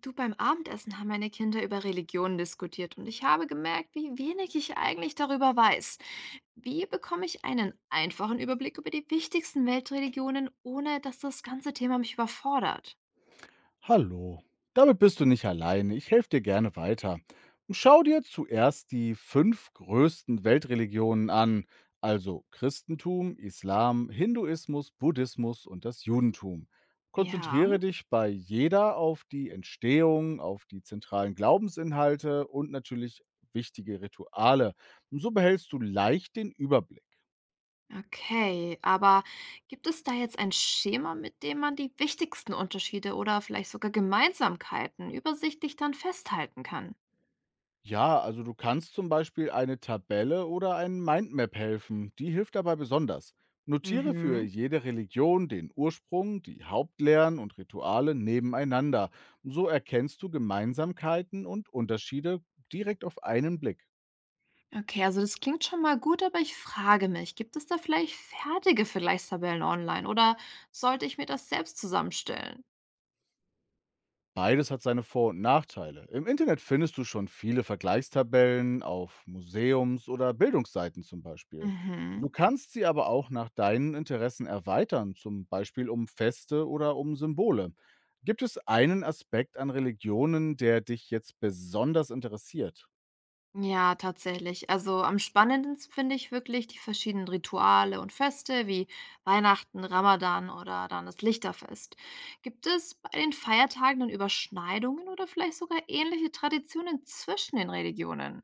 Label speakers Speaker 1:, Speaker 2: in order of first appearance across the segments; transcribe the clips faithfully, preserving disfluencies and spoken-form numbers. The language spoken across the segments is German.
Speaker 1: Du, beim Abendessen haben meine Kinder über Religionen diskutiert und ich habe gemerkt, wie wenig ich eigentlich darüber weiß. Wie bekomme ich einen einfachen Überblick über die wichtigsten Weltreligionen, ohne dass das ganze Thema mich überfordert?
Speaker 2: Hallo, damit bist du nicht alleine. Ich helfe dir gerne weiter. Schau dir zuerst die fünf größten Weltreligionen an, also Christentum, Islam, Hinduismus, Buddhismus und das Judentum.
Speaker 1: Ja,
Speaker 2: Konzentriere dich bei jeder auf die Entstehung, auf die zentralen Glaubensinhalte und natürlich wichtige Rituale. So behältst du leicht den Überblick.
Speaker 1: okay, aber gibt es da jetzt ein Schema, mit dem man die wichtigsten Unterschiede oder vielleicht sogar Gemeinsamkeiten übersichtlich dann festhalten kann?
Speaker 2: Ja, also du kannst zum Beispiel eine Tabelle oder ein Mindmap helfen. Die hilft dabei besonders. Notiere für
Speaker 1: Mhm.
Speaker 2: jede Religion den Ursprung, die Hauptlehren und Rituale nebeneinander. So erkennst du Gemeinsamkeiten und Unterschiede direkt auf einen Blick.
Speaker 1: Okay, also das klingt schon mal gut, aber ich frage mich, gibt es da vielleicht fertige Vergleichstabellen online oder sollte ich mir das selbst zusammenstellen?
Speaker 2: Beides hat seine Vor- und Nachteile. Im Internet findest du schon viele Vergleichstabellen auf Museums- oder Bildungsseiten zum Beispiel.
Speaker 1: Mhm.
Speaker 2: Du kannst sie aber auch nach deinen Interessen erweitern, zum Beispiel um Feste oder um Symbole. Gibt es einen Aspekt an Religionen, der dich jetzt besonders interessiert?
Speaker 1: Ja, tatsächlich. Also am spannendsten finde ich wirklich die verschiedenen Rituale und Feste wie Weihnachten, Ramadan oder dann das Lichterfest. Gibt es bei den Feiertagen dann Überschneidungen oder vielleicht sogar ähnliche Traditionen zwischen den Religionen?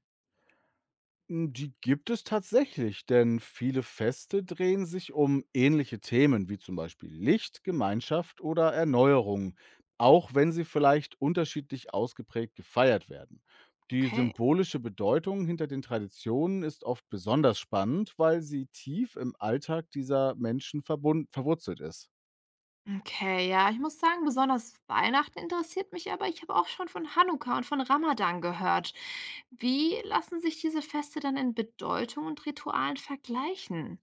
Speaker 2: Hm, die gibt es tatsächlich, denn viele Feste drehen sich um ähnliche Themen wie zum Beispiel Licht, Gemeinschaft oder Erneuerung, auch wenn sie vielleicht unterschiedlich ausgeprägt gefeiert werden. Die
Speaker 1: Okay.
Speaker 2: symbolische Bedeutung hinter den Traditionen ist oft besonders spannend, weil sie tief im Alltag dieser Menschen verbund verwurzelt ist.
Speaker 1: Okay, ja, ich muss sagen, besonders Weihnachten interessiert mich, aber ich habe auch schon von Hanukkah und von Ramadan gehört. Wie lassen sich diese Feste dann in Bedeutung und Ritualen vergleichen?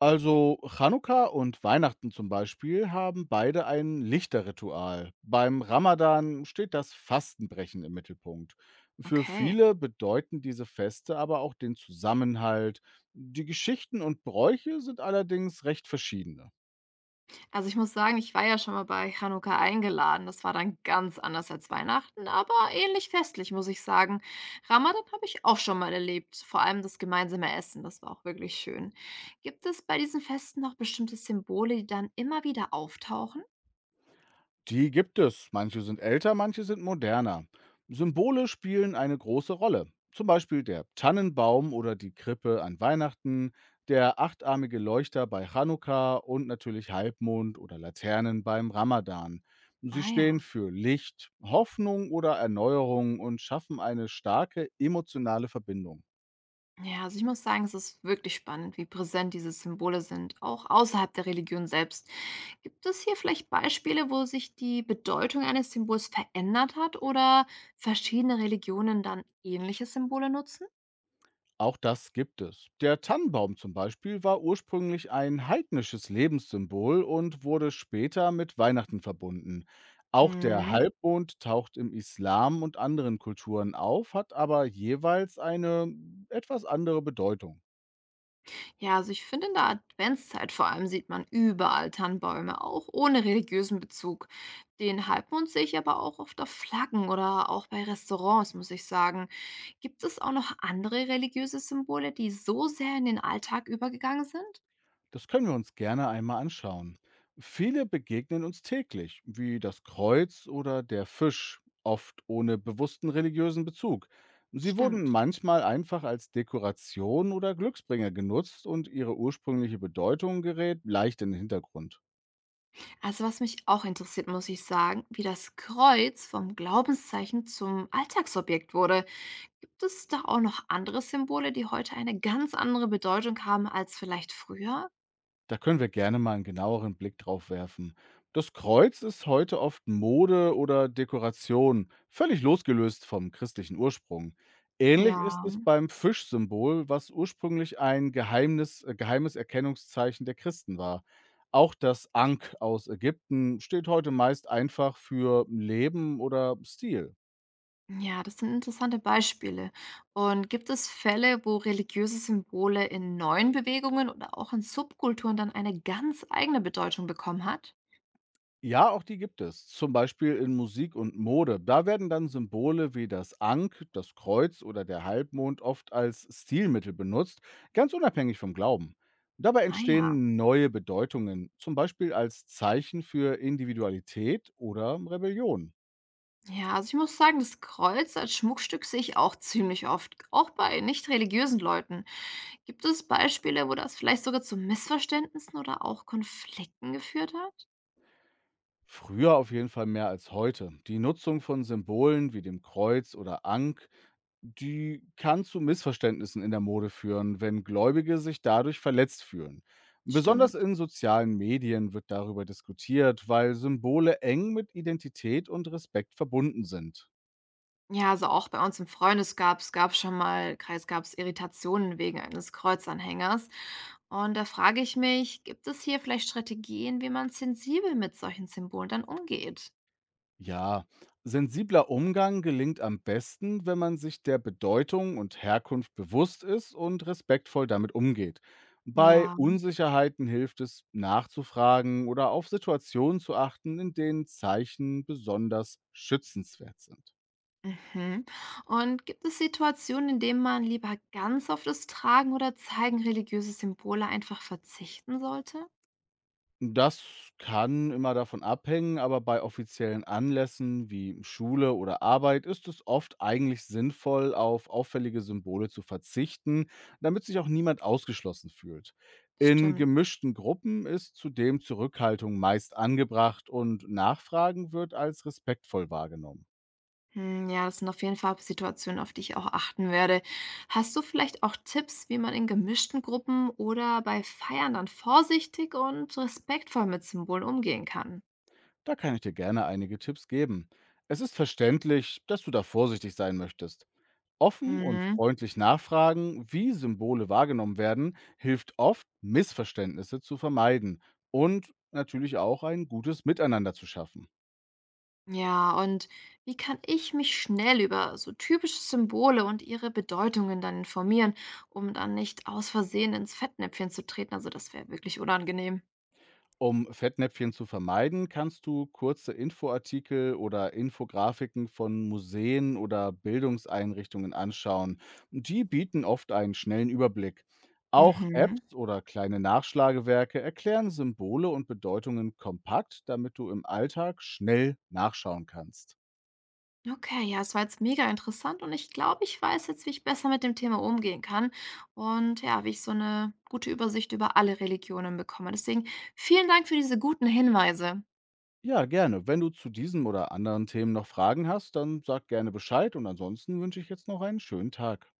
Speaker 2: Also Chanukka und Weihnachten zum Beispiel haben beide ein Lichterritual. Beim Ramadan steht das Fastenbrechen im Mittelpunkt. Für
Speaker 1: Okay.
Speaker 2: viele bedeuten diese Feste aber auch den Zusammenhalt. Die Geschichten und Bräuche sind allerdings recht verschiedene.
Speaker 1: Also ich muss sagen, ich war ja schon mal bei Chanukka eingeladen. Das war dann ganz anders als Weihnachten, aber ähnlich festlich, muss ich sagen. Ramadan habe ich auch schon mal erlebt, vor allem das gemeinsame Essen, das war auch wirklich schön. Gibt es bei diesen Festen noch bestimmte Symbole, die dann immer wieder auftauchen?
Speaker 2: Die gibt es. Manche sind älter, manche sind moderner. Symbole spielen eine große Rolle. Zum Beispiel der Tannenbaum oder die Krippe an Weihnachten, der achtarmige Leuchter bei Chanukka und natürlich Halbmond oder Laternen beim Ramadan. Sie
Speaker 1: Ah
Speaker 2: stehen
Speaker 1: ja.
Speaker 2: für Licht, Hoffnung oder Erneuerung und schaffen eine starke emotionale Verbindung.
Speaker 1: Ja, also ich muss sagen, es ist wirklich spannend, wie präsent diese Symbole sind, auch außerhalb der Religion selbst. Gibt es hier vielleicht Beispiele, wo sich die Bedeutung eines Symbols verändert hat oder verschiedene Religionen dann ähnliche Symbole nutzen?
Speaker 2: Auch das gibt es. Der Tannenbaum zum Beispiel war ursprünglich ein heidnisches Lebenssymbol und wurde später mit Weihnachten verbunden. Auch der Mhm. Halbmond taucht im Islam und anderen Kulturen auf, hat aber jeweils eine etwas andere Bedeutung.
Speaker 1: Ja, also ich finde, in der Adventszeit vor allem sieht man überall Tannenbäume, auch ohne religiösen Bezug. Den Halbmond sehe ich aber auch oft auf Flaggen oder auch bei Restaurants, muss ich sagen. Gibt es auch noch andere religiöse Symbole, die so sehr in den Alltag übergegangen sind?
Speaker 2: Das können wir uns gerne einmal anschauen. Viele begegnen uns täglich, wie das Kreuz oder der Fisch, oft ohne bewussten religiösen Bezug. Sie wurden
Speaker 1: Stimmt.
Speaker 2: manchmal einfach als Dekoration oder Glücksbringer genutzt und ihre ursprüngliche Bedeutung gerät leicht in den Hintergrund.
Speaker 1: Also was mich auch interessiert, muss ich sagen, wie das Kreuz vom Glaubenszeichen zum Alltagsobjekt wurde. Gibt es da auch noch andere Symbole, die heute eine ganz andere Bedeutung haben als vielleicht früher?
Speaker 2: Da können wir gerne mal einen genaueren Blick drauf werfen. Das Kreuz ist heute oft Mode oder Dekoration, völlig losgelöst vom christlichen Ursprung.
Speaker 1: Ja.
Speaker 2: Ähnlich ist es beim Fischsymbol, was ursprünglich ein Geheimnis äh, geheimes Erkennungszeichen der Christen war. Auch das Ankh aus Ägypten steht heute meist einfach für Leben oder Stil.
Speaker 1: Ja, das sind interessante Beispiele. Und gibt es Fälle, wo religiöse Symbole in neuen Bewegungen oder auch in Subkulturen dann eine ganz eigene Bedeutung bekommen hat?
Speaker 2: Ja, auch die gibt es. Zum Beispiel in Musik und Mode. Da werden dann Symbole wie das Ankh, das Kreuz oder der Halbmond oft als Stilmittel benutzt, ganz unabhängig vom Glauben. Dabei
Speaker 1: Ah ja.
Speaker 2: entstehen neue Bedeutungen, zum Beispiel als Zeichen für Individualität oder Rebellion.
Speaker 1: Ja, also ich muss sagen, das Kreuz als Schmuckstück sehe ich auch ziemlich oft, auch bei nicht religiösen Leuten. Gibt es Beispiele, wo das vielleicht sogar zu Missverständnissen oder auch Konflikten geführt hat?
Speaker 2: Früher auf jeden Fall mehr als heute. Die Nutzung von Symbolen wie dem Kreuz oder Ankh die kann zu Missverständnissen in der Mode führen, wenn Gläubige sich dadurch verletzt fühlen. Besonders
Speaker 1: Stimmt.
Speaker 2: in sozialen Medien wird darüber diskutiert, weil Symbole eng mit Identität und Respekt verbunden sind.
Speaker 1: Ja, also auch bei uns im Freundes gab's gab's schon mal Kreis gab's Irritationen wegen eines Kreuzanhängers. Und da frage ich mich, gibt es hier vielleicht Strategien, wie man sensibel mit solchen Symbolen dann umgeht?
Speaker 2: Ja, sensibler Umgang gelingt am besten, wenn man sich der Bedeutung und Herkunft bewusst ist und respektvoll damit umgeht. Bei
Speaker 1: Ja.
Speaker 2: Unsicherheiten hilft es, nachzufragen oder auf Situationen zu achten, in denen Zeichen besonders schützenswert sind.
Speaker 1: Mhm. Und gibt es Situationen, in denen man lieber ganz auf das Tragen oder Zeigen religiöser Symbole einfach verzichten sollte?
Speaker 2: Das kann immer davon abhängen, aber bei offiziellen Anlässen wie Schule oder Arbeit ist es oft eigentlich sinnvoll, auf auffällige Symbole zu verzichten, damit sich auch niemand ausgeschlossen fühlt. In
Speaker 1: Stimmt.
Speaker 2: gemischten Gruppen ist zudem Zurückhaltung meist angebracht und Nachfragen wird als respektvoll wahrgenommen.
Speaker 1: Hm, ja, das sind auf jeden Fall Situationen, auf die ich auch achten werde. Hast du vielleicht auch Tipps, wie man in gemischten Gruppen oder bei Feiern dann vorsichtig und respektvoll mit Symbolen umgehen kann?
Speaker 2: Da kann ich dir gerne einige Tipps geben. Es ist verständlich, dass du da vorsichtig sein möchtest. Offen und
Speaker 1: Mhm.
Speaker 2: freundlich nachfragen, wie Symbole wahrgenommen werden, hilft oft, Missverständnisse zu vermeiden und natürlich auch ein gutes Miteinander zu schaffen.
Speaker 1: Ja, und wie kann ich mich schnell über so typische Symbole und ihre Bedeutungen dann informieren, um dann nicht aus Versehen ins Fettnäpfchen zu treten? Also das wäre wirklich unangenehm.
Speaker 2: Um Fettnäpfchen zu vermeiden, kannst du kurze Infoartikel oder Infografiken von Museen oder Bildungseinrichtungen anschauen. Die bieten oft einen schnellen Überblick. Auch
Speaker 1: Mhm.
Speaker 2: Apps oder kleine Nachschlagewerke erklären Symbole und Bedeutungen kompakt, damit du im Alltag schnell nachschauen kannst.
Speaker 1: Okay, ja, es war jetzt mega interessant und ich glaube, ich weiß jetzt, wie ich besser mit dem Thema umgehen kann und ja, wie ich so eine gute Übersicht über alle Religionen bekomme. Deswegen vielen Dank für diese guten Hinweise.
Speaker 2: Ja, gerne. Wenn du zu diesem oder anderen Themen noch Fragen hast, dann sag gerne Bescheid und ansonsten wünsche ich jetzt noch einen schönen Tag.